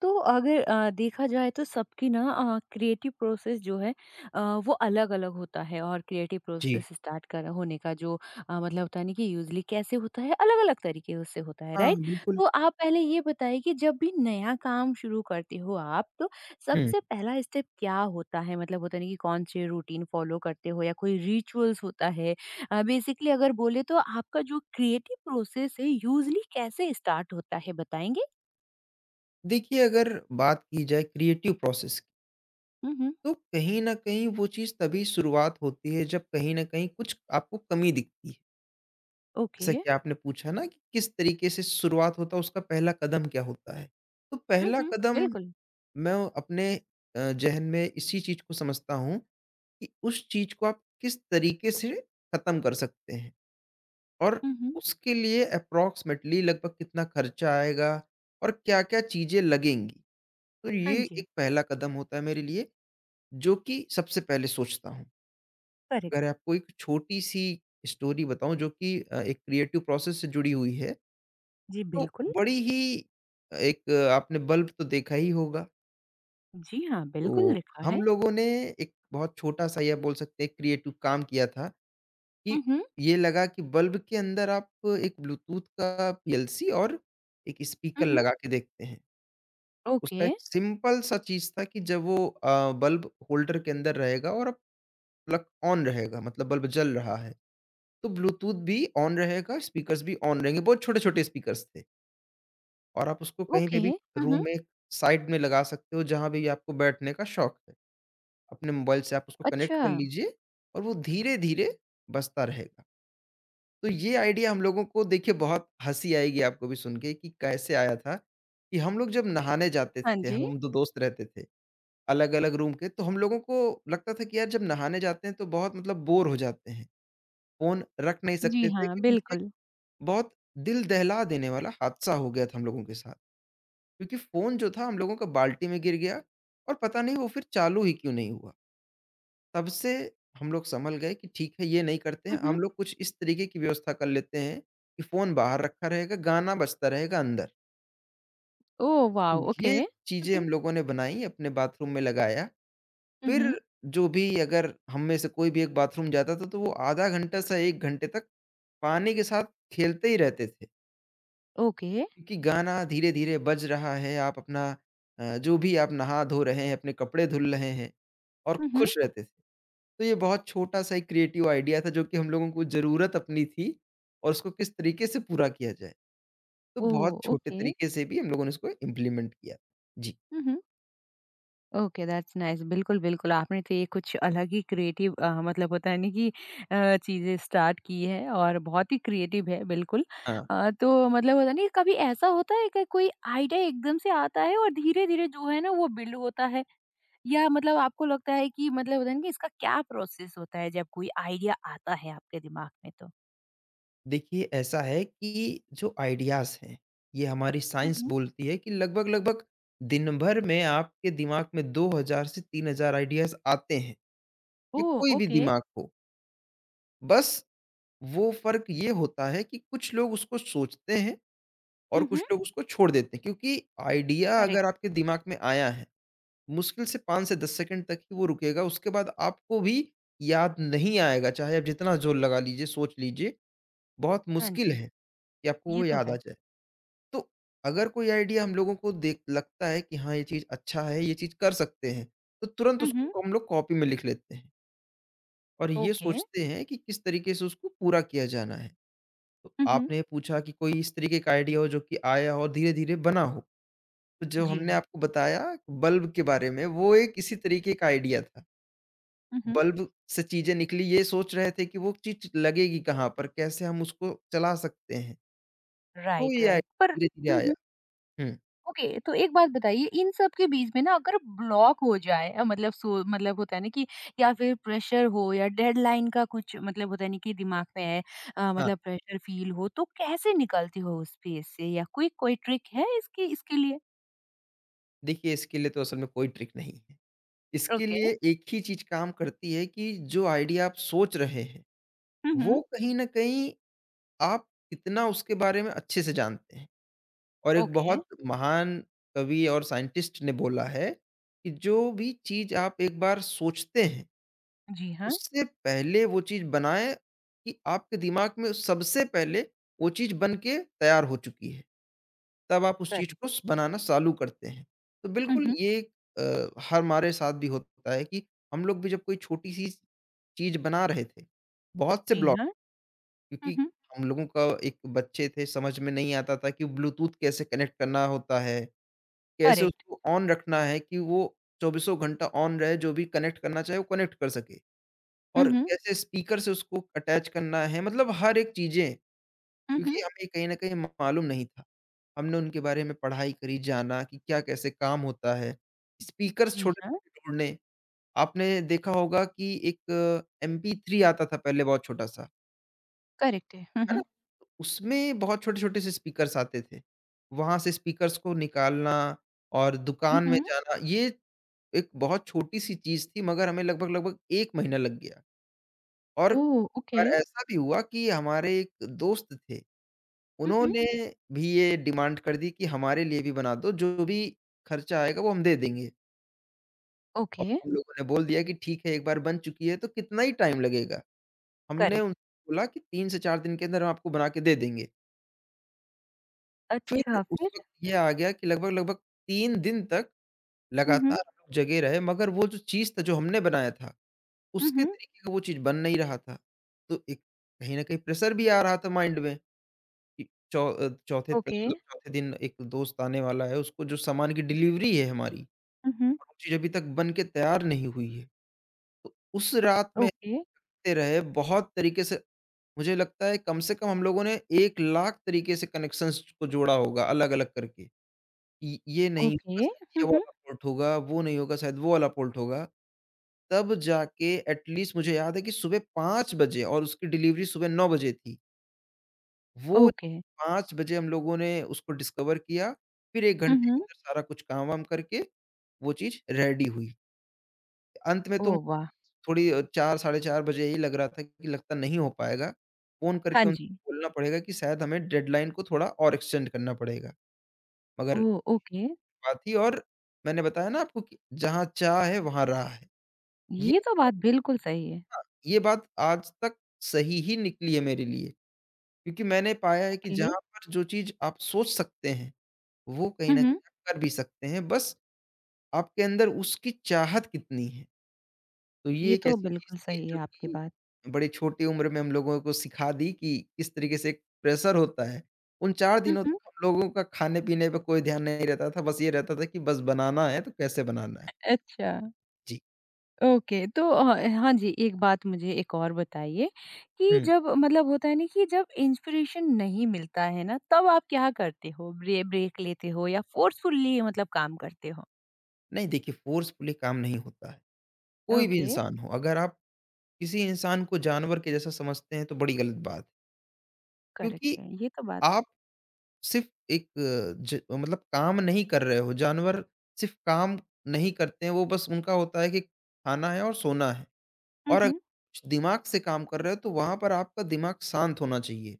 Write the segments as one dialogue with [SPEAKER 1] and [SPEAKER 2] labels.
[SPEAKER 1] तो अगर देखा जाए तो सबकी ना क्रिएटिव प्रोसेस जो है वो अलग-अलग होता है और क्रिएटिव
[SPEAKER 2] जी।
[SPEAKER 1] प्रोसेस स्टार्ट कर होने का जो मतलब होता है ना कि यूजुअली कैसे होता है, अलग-अलग तरीके उससे होता है,
[SPEAKER 2] हाँ,
[SPEAKER 1] राइट?
[SPEAKER 2] बिल्कुल।
[SPEAKER 1] तो आप पहले ये बताइए कि जब भी नया काम शुरू करते हो आप, तो
[SPEAKER 2] हुँ।
[SPEAKER 1] सबसे पहला स्टेप क्या होता है? मतलब होता है ना कि कौन से रूटीन फॉलो करते हो या कोई रिचुअल्स होता है? बेसिकली अगर बोले तो आपका जो क्रिएटिव प्रोसेस है यूजुअली कैसे स्टार्ट होता है बताएँगे?
[SPEAKER 2] देखिए, अगर बात की जाए क्रिएटिव प्रोसेस की,
[SPEAKER 1] हुँ, हुँ।
[SPEAKER 2] तो कहीं न कहीं वो चीज़ तभी शुरुआत होती है, जब कहीं न कहीं कुछ आपको कमी दिखती है।
[SPEAKER 1] ओके।
[SPEAKER 2] जैसा कि आपने पूछा ना कि किस तरीके से शुरुआत होता है, उसका पहला कदम क्या होता है? तो
[SPEAKER 1] हुँ,
[SPEAKER 2] पहला
[SPEAKER 1] हुँ,
[SPEAKER 2] कदम
[SPEAKER 1] बिल्कुल।
[SPEAKER 2] मैं अपने ज़हन में इसी चीज़ को समझता हूँ कि उस चीज़ को आप किस तरीके से खत्म कर सकते हैं और
[SPEAKER 1] हुँ, हुँ।
[SPEAKER 2] उसके लिए एप्रोक्सिमेटली लगभग कितना खर्चा आएगा और क्या-क्या चीज़ें लगेंगी। तो
[SPEAKER 1] हाँ
[SPEAKER 2] ये
[SPEAKER 1] जी,
[SPEAKER 2] एक पहला कदम होता है मेरे लिए, जो कि सबसे पहले सोचता हूँ।
[SPEAKER 1] करेक्ट।
[SPEAKER 2] अगर आपको एक छोटी-सी स्टोरी बताऊँ जो कि एक क्रिएटिव प्रोसेस से जुड़ी हुई है,
[SPEAKER 1] जी,
[SPEAKER 2] तो
[SPEAKER 1] बिल्कुल।
[SPEAKER 2] बड़ी ही एक, आपने बल्ब तो देखा ही होगा।
[SPEAKER 1] जी हाँ, बिल्कुल
[SPEAKER 2] तो
[SPEAKER 1] लिखा
[SPEAKER 2] हम
[SPEAKER 1] है।
[SPEAKER 2] लोगों ने एक बहुत छोटा-सा या बोल सकते हैं क्रिएटिव काम किया था कि
[SPEAKER 1] हुँ, हुँ।
[SPEAKER 2] ये लगा कि बल्ब के अंदर आप एक ब्लूटूथ का पीएलसी और एक स्पीकर
[SPEAKER 1] हुँ, हुँ।
[SPEAKER 2] लगा के देखते हैं।
[SPEAKER 1] ओके,
[SPEAKER 2] उसका एक सिंपल सा चीज़ था कि जब वो बल्ब होल्डर के अंदर रहेगा और प्लग ऑन रहेगा, मतलब बल्ब जल रहा है, तो ब्लूटूथ भी ऑन रहेगा, स्पीकर्स भी ऑन रहेंगे, बहुत छोटे-छोटे स्पीकर्स थे और आप उसको कहीं पे
[SPEAKER 1] ओके।
[SPEAKER 2] भी
[SPEAKER 1] हुँ,
[SPEAKER 2] रूम
[SPEAKER 1] हुँ।
[SPEAKER 2] में साइड में लगा सकते हो, जहाँ भी आपको बैठने का शौक है। अपने मोबाइल से आप उसको कनेक्ट
[SPEAKER 1] अच्छा,
[SPEAKER 2] कर लीजिए और वो धीरे-धीरे बजता रहेगा। तो ये आइडिया हम लोगों को, देखिए, बहुत हँसी आएगी आपको भी सुन के कि कैसे आया था। कि हम लोग जब नहाने जाते
[SPEAKER 1] हाँ
[SPEAKER 2] थे,
[SPEAKER 1] जी।
[SPEAKER 2] हम 2 दोस्त रहते थे, अलग-अलग रूम के, तो हम लोगों को लगता था कि यार, जब नहाने जाते हैं तो बहुत मतलब बोर हो जाते हैं। फ़ोन रख नहीं
[SPEAKER 1] जी
[SPEAKER 2] सकते थे,
[SPEAKER 1] हाँ,
[SPEAKER 2] कि क्योंकि एक
[SPEAKER 1] बिल्कुल।
[SPEAKER 2] बहुत दिल दहला देने वाला हादसा हो गया था हम लोगों के साथ। क्योंकि फ़ोन जो था हम लोगों का बाल्टी में गिर गया और पता नहीं वो फिर चालू ही क्यों नहीं हुआ। तब से हम लोग सँभल गए कि ठीक है, ये नहीं करते हैं।
[SPEAKER 1] हुँ, हुँ।
[SPEAKER 2] हम लोग कुछ इस तरीके की व्यवस्था कर लेते हैं कि फ़ोन बाहर रखा रहेगा, गाना बजता रहेगा अंदर।
[SPEAKER 1] Oh wow! ओके।
[SPEAKER 2] ये
[SPEAKER 1] हुँ,
[SPEAKER 2] चीज़ें
[SPEAKER 1] हुँ।
[SPEAKER 2] हम लोगों ने बनाई, अपने बाथरूम में लगाया,
[SPEAKER 1] हुँ,
[SPEAKER 2] फिर
[SPEAKER 1] हुँ।
[SPEAKER 2] जो भी, अगर हम में से कोई भी एक बाथरूम जाता था, तो वो आधा घंटा से 1 घंटे तक पानी के साथ खेलते ही रहते थे।
[SPEAKER 1] ओके।
[SPEAKER 2] क्योंकि गाना धीरे-धीरे बज रहा है, आप अपना जो भी आप नहा-धो रहे हैं, अपने कपड़े धुल रहे हैं और
[SPEAKER 1] हुँ, हुँ।
[SPEAKER 2] खुश रहते थे। तो ये बहुत छोटा-सा एक क्रिएटिव आइडिया था, जो कि हम लोगों को ज़रूरत अपनी थी और उसको किस तरीके से पूरा किया जाए। तो बहुत
[SPEAKER 1] ओह!
[SPEAKER 2] छोटे
[SPEAKER 1] ओके।
[SPEAKER 2] तरीके से भी हम लोगों ने इसको इम्प्लीमेंट किया। जी।
[SPEAKER 1] हुँ, हुँ। ओके दैट्स नाइस बिल्कुल, बिल्कुल। आपने तो ये कुछ अलग ही क्रिएटिव मतलब होता है ना कि चीज़ें स्टार्ट की है और बहुत ही क्रिएटिव है बिल्कुल।
[SPEAKER 2] हाँ।
[SPEAKER 1] तो मतलब होता नहीं कभी ऐसा होता है कि कोई आइडिया एकदम से आता है और धीरे-धीरे जो है ना वो बिल्ड होता है? या मतलब आपको लगता है कि मतलब होता है ना कि इसका क्या प्रोसेस होता है जब कोई आइडिया आता है आपके दिमाग में तो?
[SPEAKER 2] देखिए, ऐसा है कि जो आइडियाज़ हैं, ये हमारी
[SPEAKER 1] हुँ,
[SPEAKER 2] साइंस
[SPEAKER 1] हुँ।
[SPEAKER 2] बोलती है कि लगभग-लगभग दिन भर में आपके दिमाग में 2000 से 3000 आइडियाज़ आते हैं। ये
[SPEAKER 1] ओह!
[SPEAKER 2] कोई भी
[SPEAKER 1] ओके।
[SPEAKER 2] दिमाग हो। बस वो फ़र्क ये होता है कि कुछ लोग उसको सोचते हैं और
[SPEAKER 1] हुँ,
[SPEAKER 2] कुछ
[SPEAKER 1] हुँ।
[SPEAKER 2] लोग उसको छोड़ देते हैं, क्योंकि आइडिया अगर
[SPEAKER 1] करेक्ट।
[SPEAKER 2] आपके दिमाग में आया है, मुश्किल से 5 से 10 सेकंड तक ही वो रुकेगा। उसके बाद आपको भी याद नहीं आएगा, चाहे आप जितना ज़ोर लगा लीजिए, सोच लीजिए, बहुत
[SPEAKER 1] हाँ
[SPEAKER 2] मुश्किल
[SPEAKER 1] जी,
[SPEAKER 2] है कि आपको वो
[SPEAKER 1] ये तो
[SPEAKER 2] याद आ
[SPEAKER 1] है।
[SPEAKER 2] जाए। तो अगर कोई आइडिया हम लोगों को देख लगता है कि हाँ, ये चीज़ अच्छा है, ये चीज़ कर सकते हैं, तो तुरंत
[SPEAKER 1] हुँ, हुँ।
[SPEAKER 2] उसको हम लोग कॉपी में लिख लेते हैं और ये
[SPEAKER 1] ओके।
[SPEAKER 2] सोचते हैं कि किस तरीके से उसको पूरा किया जाना है। तो
[SPEAKER 1] हुँ, हुँ।
[SPEAKER 2] आपने पूछा कि कोई इस तरीके का आइडिया हो, जो कि आया हो और धीरे-धीरे बना हो। तो जो
[SPEAKER 1] जी
[SPEAKER 2] हमने
[SPEAKER 1] हाँ।
[SPEAKER 2] आपको बताया बल्ब के बारे में, वो एक इसी तरीके का आइडिया था।
[SPEAKER 1] हुँ, हुँ।
[SPEAKER 2] बल्ब से चीज़ें निकली, ये सोच रहे थे कि वो चीज़ लगेगी कहाँ पर? कैसे हम उसको चला सकते हैं? तो
[SPEAKER 1] राइट,
[SPEAKER 2] ये आइ
[SPEAKER 1] राइट पर,
[SPEAKER 2] धीरे-धीरे
[SPEAKER 1] हम्म,
[SPEAKER 2] आया।
[SPEAKER 1] हम्म।
[SPEAKER 2] हुँ,
[SPEAKER 1] ओके, तो एक बात बताइए इन सब के बीच में ना अगर ब्लॉक हो जाए, मतलब सो मतलब होता है ना कि या फिर प्रेशर हो या डेडलाइन का कुछ मतलब होता है ना कि दिमाग में है,
[SPEAKER 2] हाँ।
[SPEAKER 1] मतलब प्रेशर फील हो तो कैसे निकलती हो उस फेज से? या कोई कोई ट्रिक है इसकी, इसके लिए?
[SPEAKER 2] देखिए, इसके लिए तो असल में कोई ट्रिक नहीं है। इसके
[SPEAKER 1] ओके।
[SPEAKER 2] लिए एक ही चीज़ काम करती है कि जो आइडिया आप सोच रहे हैं,
[SPEAKER 1] हम्म, हम्म।
[SPEAKER 2] वो कहीं न कहीं आप कितना उसके बारे में अच्छे से जानते हैं। और एक
[SPEAKER 1] ओके।
[SPEAKER 2] बहुत महान कवि और साइंटिस्ट ने बोला है कि जो भी चीज़ आप एक बार सोचते हैं,
[SPEAKER 1] जी हाँ।
[SPEAKER 2] उससे पहले वो चीज़ बनाएँ कि आपके दिमाग में सबसे पहले वो चीज़ बन के तैयार हो चुकी है। तब आप उस चीज़
[SPEAKER 1] करेक्ट।
[SPEAKER 2] को स बनाना चालू करते हैं। तो
[SPEAKER 1] हम्म,
[SPEAKER 2] बिल्कुल
[SPEAKER 1] हम्म।
[SPEAKER 2] ये अ, हर हमारे साथ भी होता है कि हम लोग भी जब कोई छोटी-सी चीज़ बना रहे थे, बहुत से
[SPEAKER 1] जी
[SPEAKER 2] ब्लॉक,
[SPEAKER 1] हाँ। हम्म,
[SPEAKER 2] क्योंकि
[SPEAKER 1] हम्म।
[SPEAKER 2] हम लोगों का एक बच्चे थे, समझ में नहीं आता था कि ब्लूटूथ कैसे कनेक्ट करना होता है। कैसे
[SPEAKER 1] करेक्ट।
[SPEAKER 2] उसको ऑन रखना है कि वो चौबीसों घंटा ऑन रहे, जो भी कनेक्ट करना चाहे वो कनेक्ट कर सके, और
[SPEAKER 1] हम्म, हम्म।
[SPEAKER 2] कैसे स्पीकर से उसको अटैच करना है, मतलब हर एक चीज़ें,
[SPEAKER 1] हम्म,
[SPEAKER 2] क्योंकि
[SPEAKER 1] हम्म।
[SPEAKER 2] हमें कहीं न कहीं मालूम नहीं था। हमने उनके बारे में पढ़ाई करी, जाना कि क्या कैसे काम होता है। स्पीकर्स
[SPEAKER 1] जी हाँ।
[SPEAKER 2] छोटे-छोटे ढूँढने, आपने देखा होगा कि एक MP3 आता था पहले बहुत छोटा-सा,
[SPEAKER 1] करेक्ट है। हम्म,
[SPEAKER 2] है ना?
[SPEAKER 1] हम्म।
[SPEAKER 2] उसमें बहुत छोटे-छोटे से स्पीकर्स आते थे। वहाँ से स्पीकर्स को निकालना और
[SPEAKER 1] हम्म,
[SPEAKER 2] दुकान में
[SPEAKER 1] हम्म।
[SPEAKER 2] जाना, ये एक बहुत छोटी-सी चीज़ थी, मगर हमें लगभग-लगभग 1 महीना लग गया। और
[SPEAKER 1] ओह, ओके।
[SPEAKER 2] और ऐसा भी हुआ कि हमारे एक दोस्त थे,
[SPEAKER 1] हम्म, हम्म।
[SPEAKER 2] उन्होंने भी ये डिमांड कर दी कि हमारे लिए भी बना दो, जो भी खर्चा आएगा वो हम दे देंगे। और
[SPEAKER 1] ओके।
[SPEAKER 2] हम लोगों ने बोल दिया कि ठीक है, एक बार बन चुकी है तो कितना ही टाइम लगेगा। हमने
[SPEAKER 1] करेक्ट।
[SPEAKER 2] उनसे बोला कि 3 से 4 दिन के अंदर हम आपको बना के दे देंगे। फिर
[SPEAKER 1] अच्छा,
[SPEAKER 2] उस
[SPEAKER 1] फिर?
[SPEAKER 2] वक़्त ये आ गया कि लगभग-लगभग 3 दिन तक
[SPEAKER 1] हुँ,
[SPEAKER 2] लगातार
[SPEAKER 1] हुँ।
[SPEAKER 2] हम लोग जगे रहे, मगर वो जो चीज़ था जो हमने बनाया था,
[SPEAKER 1] हुँ,
[SPEAKER 2] उसके
[SPEAKER 1] हुँ।
[SPEAKER 2] तरीके का वो चीज़ बन नहीं रहा था। तो एक कहीं न कहीं प्रेशर भी आ रहा था माइंड में कि चौथे त
[SPEAKER 1] ओके।
[SPEAKER 2] मतलब चौथे दिन एक दोस्त आने वाला है, उसको जो सामान की डिलीवरी है हमारी, और
[SPEAKER 1] हुँ, हुँ।
[SPEAKER 2] वो चीज़ अभी तक बन के तैयार नहीं हुई है। तो उस रात में
[SPEAKER 1] ओके,
[SPEAKER 2] ऐसे रहे बहुत तरीके से, मुझे लगता है कम से कम हम लोगों ने 1 लाख तरीके से कनेक्शंस को जोड़ा होगा अलग-अलग करके। ये नहीं होगा,
[SPEAKER 1] ओके,
[SPEAKER 2] शायद
[SPEAKER 1] हुँ,
[SPEAKER 2] ये
[SPEAKER 1] हुँ।
[SPEAKER 2] वाला पोर्ट होगा, वो नहीं होगा, शायद वो वाला पोर्ट होगा। तब जाके, एटलीस्ट मुझे याद है कि सुबह 5 बजे, और उसकी डिलीवरी सुबह 9 बजे थी। वो
[SPEAKER 1] ओके।
[SPEAKER 2] चीज़ 5 बजे हम लोगों ने उसको डिस्कवर किया, फिर 1
[SPEAKER 1] हुँ,
[SPEAKER 2] घंटे के
[SPEAKER 1] हुँ।
[SPEAKER 2] अंदर सारा कुछ काम-वाम करके वो चीज़ रेडी हुई। अंत में तो
[SPEAKER 1] ओह वाह!
[SPEAKER 2] थोड़ी 4 साढ़े 4 बजे ही लग रहा था कि लगता नहीं हो पाएगा। फ़ोन
[SPEAKER 1] हाँ
[SPEAKER 2] करके
[SPEAKER 1] जी।
[SPEAKER 2] उनसे बोलना पड़ेगा कि शायद हमें डेडलाइन को थोड़ा और एक्सटेंड करना पड़ेगा। मगर
[SPEAKER 1] ओह, ओके।
[SPEAKER 2] बात ही और, मैंने बताया ना आपको कि जहाँ चाह है वहाँ राह है। ये,
[SPEAKER 1] ये तो बात बिल्कुल सही है।
[SPEAKER 2] हाँ, ये बात आज तक सही ही निकली है मेरे लिए। क्योंकि मैंने पाया है कि, जी,
[SPEAKER 1] ओके,
[SPEAKER 2] जहाँ पर जो चीज़ आप सोच सकते हैं, वो कहीं
[SPEAKER 1] हुँ,
[SPEAKER 2] न
[SPEAKER 1] हुँ।
[SPEAKER 2] कहीं आप कर भी सकते हैं, बस आपके अंदर उसकी चाहत कितनी है। तो ये
[SPEAKER 1] ये
[SPEAKER 2] एक
[SPEAKER 1] तो
[SPEAKER 2] ऐसी चीज़
[SPEAKER 1] बिल्कुल
[SPEAKER 2] थी,
[SPEAKER 1] सही है
[SPEAKER 2] जो
[SPEAKER 1] आपकी
[SPEAKER 2] कि
[SPEAKER 1] बात।
[SPEAKER 2] बड़ी छोटी उम्र में हम लोगों को सिखा दी कि किस तरीके से एक प्रेशर होता है। उन 4
[SPEAKER 1] हुँ,
[SPEAKER 2] दिनों तक
[SPEAKER 1] हुँ।
[SPEAKER 2] हम लोगों का खाने-पीने पे कोई ध्यान नहीं रहता था, बस ये रहता था कि बस बनाना है तो कैसे बनाना है।
[SPEAKER 1] अच्छा,
[SPEAKER 2] जी।
[SPEAKER 1] ओके। तो हाँ जी, एक बात मुझे एक और बताइए कि
[SPEAKER 2] हुँ।
[SPEAKER 1] जब मतलब होता है ना कि जब इंस्पिरेशन नहीं मिलता है ना, तब आप क्या करते हो? ब्रेक लेते हो या फ़ोर्सफुली मतलब काम करते हो?
[SPEAKER 2] नहीं, देखिए, फ़ोर्सफुली काम नहीं होता है, कोई भी
[SPEAKER 1] ओके,
[SPEAKER 2] इंसान हो। अगर आप किसी इंसान को जानवर के जैसा समझते हैं तो बड़ी गलत बात है, क्योंकि
[SPEAKER 1] करेक्ट है। ये तो बात,
[SPEAKER 2] आप सिर्फ़ एक अ, ज मतलब काम नहीं कर रहे हो, जानवर सिर्फ़ काम नहीं करते हैं, वो बस उनका होता है कि खाना है और सोना है।
[SPEAKER 1] हुँ,
[SPEAKER 2] और अगर
[SPEAKER 1] हुँ,
[SPEAKER 2] कुछ दिमाग से काम कर रहे हो, तो वहाँ पर आपका दिमाग शांत होना चाहिए।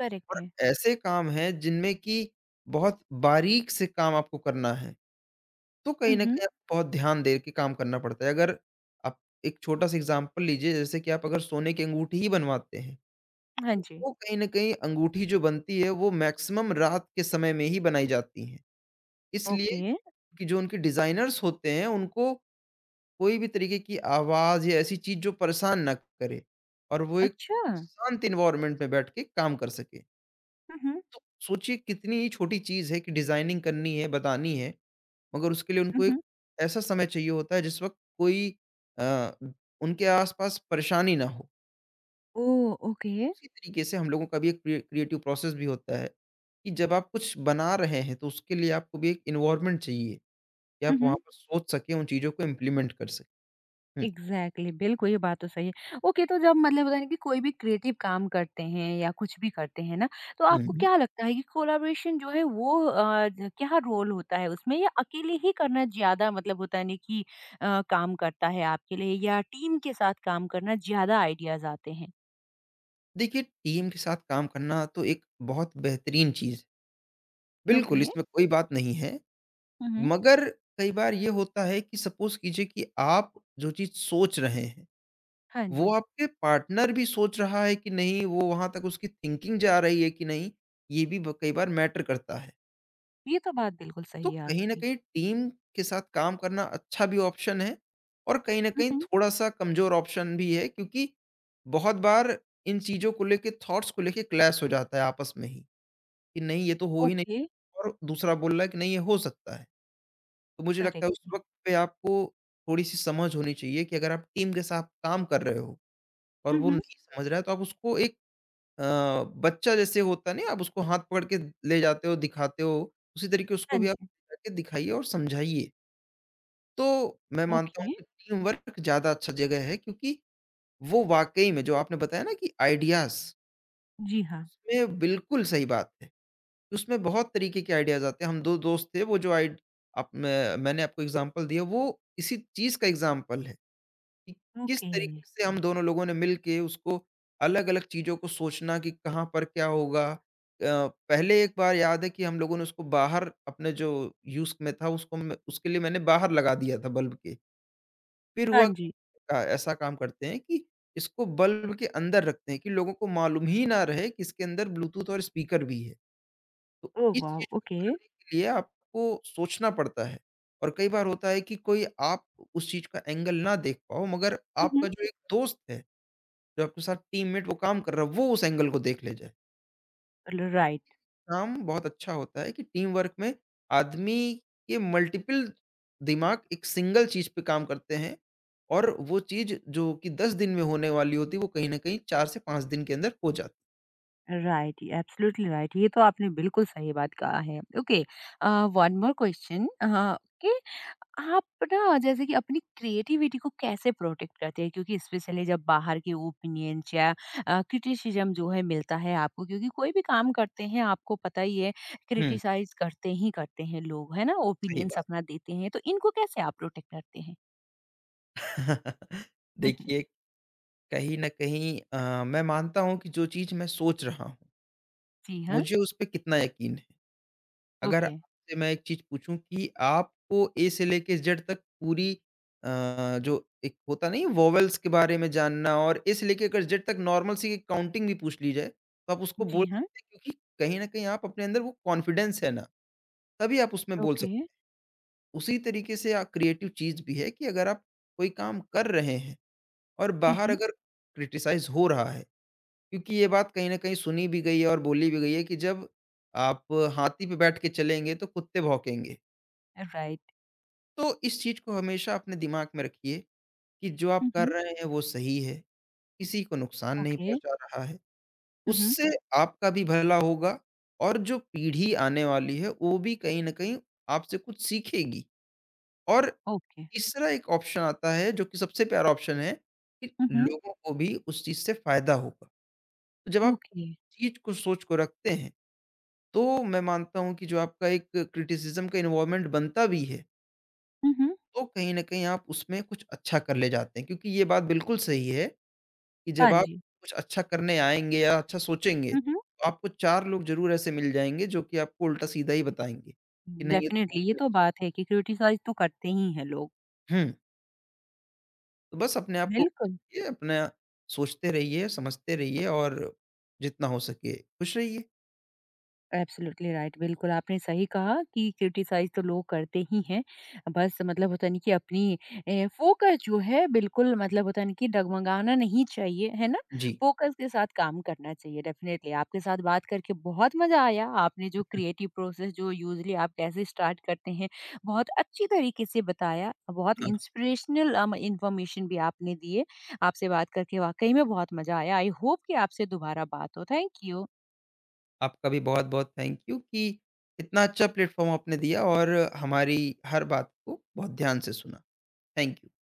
[SPEAKER 1] करेक्ट
[SPEAKER 2] और
[SPEAKER 1] है।
[SPEAKER 2] ऐसे काम हैं जिनमें कि बहुत बारीक से काम आपको करना है, तो कहीं
[SPEAKER 1] हुँ,
[SPEAKER 2] न
[SPEAKER 1] हुँ,
[SPEAKER 2] कहीं आपको बहुत ध्यान दे के काम करना पड़ता है। अगर आप एक छोटा-सा एग्ज़ाम्पल लीजिए, जैसे कि आप अगर सोने की अंगूठी ही बनवाते हैं,
[SPEAKER 1] हाँ
[SPEAKER 2] तो
[SPEAKER 1] जी।
[SPEAKER 2] वो कहीं न कहीं अंगूठी जो बनती है, वो मैक्सिमम रात के समय में ही बनाई जाती हैं। इसलिए
[SPEAKER 1] ओके।
[SPEAKER 2] कि जो उनके डिज़ाइनर्स होते हैं, उनको कोई भी तरीके की आवाज़ या ऐसी चीज़ जो परेशान ना करे, और वो एक
[SPEAKER 1] अच्छा!
[SPEAKER 2] शांत एनवायरनमेंट में बैठ के काम कर सके।
[SPEAKER 1] हुँ, हुँ,
[SPEAKER 2] तो सोचिए, कितनी ही छोटी चीज़ है कि डिज़ाइनिंग करनी है, बतानी है, मगर उसके लिए
[SPEAKER 1] हुँ,
[SPEAKER 2] उनको एक
[SPEAKER 1] हुँ।
[SPEAKER 2] ऐसा समय चाहिए होता है, जिस वक़्त कोई अ, उनके आस-पास परेशानी ना हो।
[SPEAKER 1] ओह! ओके।
[SPEAKER 2] उसी तरीके से हम लोगों का भी एक क्रिएटिव प्रोसेस भी होता है कि जब आप कुछ बना रहे हैं, तो उसके लिए आपको भी एक एनवायरनमेंट चाहिए, कि
[SPEAKER 1] हुँ,
[SPEAKER 2] आप वहाँ
[SPEAKER 1] हुँ,
[SPEAKER 2] पर सोच सकें, उन चीज़ों को इम्प्लीमेंट कर सकें। हुँ।
[SPEAKER 1] एग्ज़ैक्टली बिल्कुल, ये बात तो सही है। ओके, तो जब मतलब होता है ना कि कोई भी क्रिएटिव काम करते हैं या कुछ भी करते हैं ना, तो आपको
[SPEAKER 2] हुँ।
[SPEAKER 1] क्या लगता है कि कोलैबोरेशन जो है वो अ, ज क्या रोल होता है उसमें? या अकेले ही करना ज़्यादा मतलब होता है ना कि काम करता है आपके लिए, या टीम के साथ काम करना ज़्यादा आइडियाज़ आते हैं?
[SPEAKER 2] देखिए, टीम के साथ काम करना तो एक बहुत बेहतरीन चीज़ है। बिल्कुल,
[SPEAKER 1] ओके।
[SPEAKER 2] इसमें कोई बात नहीं है,
[SPEAKER 1] हुँ, हुँ।
[SPEAKER 2] मगर कई बार ये होता है कि सपोज़ कीजिए कि आप जो चीज़ सोच रहे हैं,
[SPEAKER 1] हाँ
[SPEAKER 2] वो
[SPEAKER 1] जी,
[SPEAKER 2] आपके पार्टनर भी सोच रहा है कि नहीं, वो वहाँ तक उसकी थिंकिंग जा रही है कि नहीं, ये भी ब कई बार मैटर करता है।
[SPEAKER 1] ये तो बात बिल्कुल
[SPEAKER 2] तो
[SPEAKER 1] सही है
[SPEAKER 2] कहीं न
[SPEAKER 1] आपकी।
[SPEAKER 2] कहीं टीम के साथ काम करना अच्छा भी ऑप्शन है, और कहीं न
[SPEAKER 1] हुँ,
[SPEAKER 2] कहीं
[SPEAKER 1] हुँ।
[SPEAKER 2] थोड़ा-सा कमज़ोर ऑप्शन भी है, क्योंकि बहुत बार इन चीज़ों को लेके, थॉट्स को लेके क्लैश हो जाता है आपस में ही, कि नहीं ये तो हो ही नहीं,
[SPEAKER 1] ओके,
[SPEAKER 2] और दूसरा बोल रहा है कि नहीं ये हो सकता है। तो मुझे लगता है
[SPEAKER 1] करेक्ट
[SPEAKER 2] उस
[SPEAKER 1] है।
[SPEAKER 2] वक़्त पे आपको थोड़ी-सी समझ होनी चाहिए कि अगर आप टीम के साथ काम कर रहे हो और
[SPEAKER 1] हुँ,
[SPEAKER 2] वो
[SPEAKER 1] हुँ।
[SPEAKER 2] नहीं समझ रहा है, तो आप उसको एक अ, बच्चा जैसे होता है ना, आप उसको हाथ पकड़ के ले जाते हो, दिखाते हो, उसी तरीके
[SPEAKER 1] हाँ
[SPEAKER 2] उसको भी आप
[SPEAKER 1] जी,
[SPEAKER 2] लेके दिखाइए और समझाइए। तो मैं मानता हूँ
[SPEAKER 1] ओके।
[SPEAKER 2] कि टीम वर्क ज़्यादा अच्छा जगह है, क्योंकि वो वाक़ई में जो आपने बताया ना, कि आइडियाज़,
[SPEAKER 1] जी हाँ,
[SPEAKER 2] उसमें बिल्कुल सही बात है। उसमें बहुत तरीके के आइडियाज़ आते हैं। हम 2 दोस्त थे, वो जो आइड आप मैंने आपको एग्ज़ाम्पल दिया, वो इसी चीज़ का एग्ज़ाम्पल है कि किस
[SPEAKER 1] ओके।
[SPEAKER 2] तरीके से हम दोनों लोगों ने मिल के उसको अलग-अलग चीज़ों को सोचना कि कहाँ पर क्या होगा। पहले एक बार याद है कि हम लोगों ने उसको बाहर अपने जो यूज़ में था उसको, मैं उसके लिए मैंने बाहर लगा दिया था बल्ब के। फिर
[SPEAKER 1] हाँ
[SPEAKER 2] हुआ
[SPEAKER 1] जी।
[SPEAKER 2] ऐसा काम करते हैं कि इसको बल्ब के अंदर रखते हैं कि लोगों को मालूम ही ना रहे कि इसके अंदर ब्लूटूथ और स्पीकर भी है। तो
[SPEAKER 1] ओह
[SPEAKER 2] इस
[SPEAKER 1] वाव!
[SPEAKER 2] चीज़ को
[SPEAKER 1] ओके।
[SPEAKER 2] करने के लिए आपको सोचना पड़ता है। और कई बार होता है कि कोई आप उस चीज़ का एंगल ना देख पाओ, मगर
[SPEAKER 1] हुँ,
[SPEAKER 2] आपका
[SPEAKER 1] हुँ।
[SPEAKER 2] जो एक दोस्त है, जो आपके साथ टीममेट वो काम कर रहा है, वो उस एंगल को देख ले जाए।
[SPEAKER 1] ल राइट।
[SPEAKER 2] काम बहुत अच्छा होता है कि टीम वर्क में आदमी के मल्टीपल दिमाग एक सिंगल चीज़ पे काम करते हैं, और वो चीज़ जो कि 10 दिन में होने वाली होती है, वो कहीं न कहीं 4 से 5 दिन के अंदर हो जाती।
[SPEAKER 1] Right, absolutely right. ये तो आपने बिल्कुल सही बात कहा है। ओके, वन मोर क्वेश्चन कि आप ना जैसे कि अपनी क्रिएटिविटी को कैसे प्रोटेक्ट करते हैं? क्योंकि स्पेशली जब बाहर के ओपिनियंस या क्रिटिसिज्म जो है मिलता है आपको, क्योंकि कोई भी काम करते हैं आपको पता ही है
[SPEAKER 2] हुँ,
[SPEAKER 1] क्रिटिसाइज करते ही करते हैं लोग, है ना?
[SPEAKER 2] सही
[SPEAKER 1] ओपिनियंस
[SPEAKER 2] बात।
[SPEAKER 1] अपना देते हैं, तो इनको कैसे आप प्रोटेक्ट करते हैं? हम्म,
[SPEAKER 2] देखिए, कहीं न कहीं मैं मानता हूँ कि जो चीज़ मैं सोच रहा हूँ,
[SPEAKER 1] जी हाँ।
[SPEAKER 2] मुझे उस पे कितना यकीन है। अगर
[SPEAKER 1] ओके।
[SPEAKER 2] आपसे मैं एक चीज़ पूछूँ कि आपको ए से लेके जेड तक पूरी अ, जो एक होता नहीं है वोवेल्स के बारे में जानना, और ए से लेके अगर जेड तक नॉर्मल सी काउंटिंग भी पूछ ली जाए, तो आप उसको बोल
[SPEAKER 1] जी हाँ।
[SPEAKER 2] सकते हैं, क्योंकि कहीं न कहीं आप अपने अंदर वो कॉन्फिडेंस है ना, तभी आप उसमें बोल
[SPEAKER 1] ओके।
[SPEAKER 2] सकते हैं। उसी तरीके से क्रिएटिव चीज़ भी है कि अगर आप कोई काम कर रहे हैं और बाहर अगर क्रिटिसाइज़ हो रहा है, क्योंकि ये बात कहीं न कहीं सुनी भी गई है और बोली भी गई है कि जब आप हाथी पे बैठ के चलेंगे, तो कुत्ते भौंकेंगे।
[SPEAKER 1] राइट।
[SPEAKER 2] तो इस चीज़ को हमेशा अपने दिमाग में रखिए कि जो आप कर रहे हैं वो सही है, किसी को नुकसान नहीं
[SPEAKER 1] ओके।
[SPEAKER 2] पहुँचा रहा है। उससे आपका भी भला होगा, और जो पीढ़ी आने वाली है वो भी कहीं न कहीं आपसे कुछ सीखेगी। और
[SPEAKER 1] ओके।
[SPEAKER 2] तीसरा एक ऑप्शन आता है जो कि सबसे प्यारा ऑप्शन है, कि
[SPEAKER 1] हुँ, हुँ।
[SPEAKER 2] लोगों को भी उस चीज़ से फ़ायदा होगा। तो जब आप
[SPEAKER 1] ओके।
[SPEAKER 2] चीज़ को, सोच को रखते हैं, तो मैं मानता हूँ कि जो आपका एक क्रिटिसिज़्म का एनवायरनमेंट बनता भी है,
[SPEAKER 1] हुँ, हुँ।
[SPEAKER 2] तो कहीं न कहीं आप उसमें कुछ अच्छा कर ले जाते हैं, क्योंकि ये बात बिल्कुल सही है कि
[SPEAKER 1] हाँ
[SPEAKER 2] जब आप
[SPEAKER 1] जी।
[SPEAKER 2] कुछ अच्छा करने आएँगे या अच्छा सोचेंगे,
[SPEAKER 1] हुँ, हुँ।
[SPEAKER 2] तो आपको 4 लोग ज़रूर ऐसे मिल जाएँगे जो कि आपको उल्टा-सीधा ही बताएँगे कि नहीं ये तो
[SPEAKER 1] डेफ़िनेटली,
[SPEAKER 2] हो ही
[SPEAKER 1] ये
[SPEAKER 2] नहीं।
[SPEAKER 1] तो बात है कि क्रिटिसाइज़ तो करते ही हैं लोग।
[SPEAKER 2] हुँ, तो बस अपने आप को
[SPEAKER 1] बिल्कुल।
[SPEAKER 2] ये अपना सोचते रहिए, समझते रहिए, और जितना हो सके खुश रहिए।
[SPEAKER 1] एब्सोल्युटली राइट, बिल्कुल आपने सही कहा कि क्रिटिसाइज़ तो लोग करते ही हैं। बस मतलब होता नहीं कि अपनी फ़ोकस जो है, बिल्कुल मतलब होता नहीं कि डगमगाना नहीं चाहिए, है ना?
[SPEAKER 2] जी।
[SPEAKER 1] फ़ोकस के साथ काम करना चाहिए, डेफ़िनेटली। आपके साथ बात करके बहुत मज़ा आया। आपने जो क्रिएटिव प्रोसेस जो यूज़ुअली आप कैसे स्टार्ट करते हैं, बहुत अच्छी तरीके से बताया। बहुत
[SPEAKER 2] हाँ,
[SPEAKER 1] इंस्पिरेशनल इन्फॉर्मेशन भी आपने दिए। आपसे बात करके वाक़ई में बहुत मज़ा आया। आई होप कि आपसे दोबारा बात हो। Thank you.
[SPEAKER 2] आपका भी बहुत-बहुत थैंक यू कि इतना अच्छा प्लेटफ़ॉर्म आपने दिया और हमारी हर बात को बहुत ध्यान से सुना। Thank you.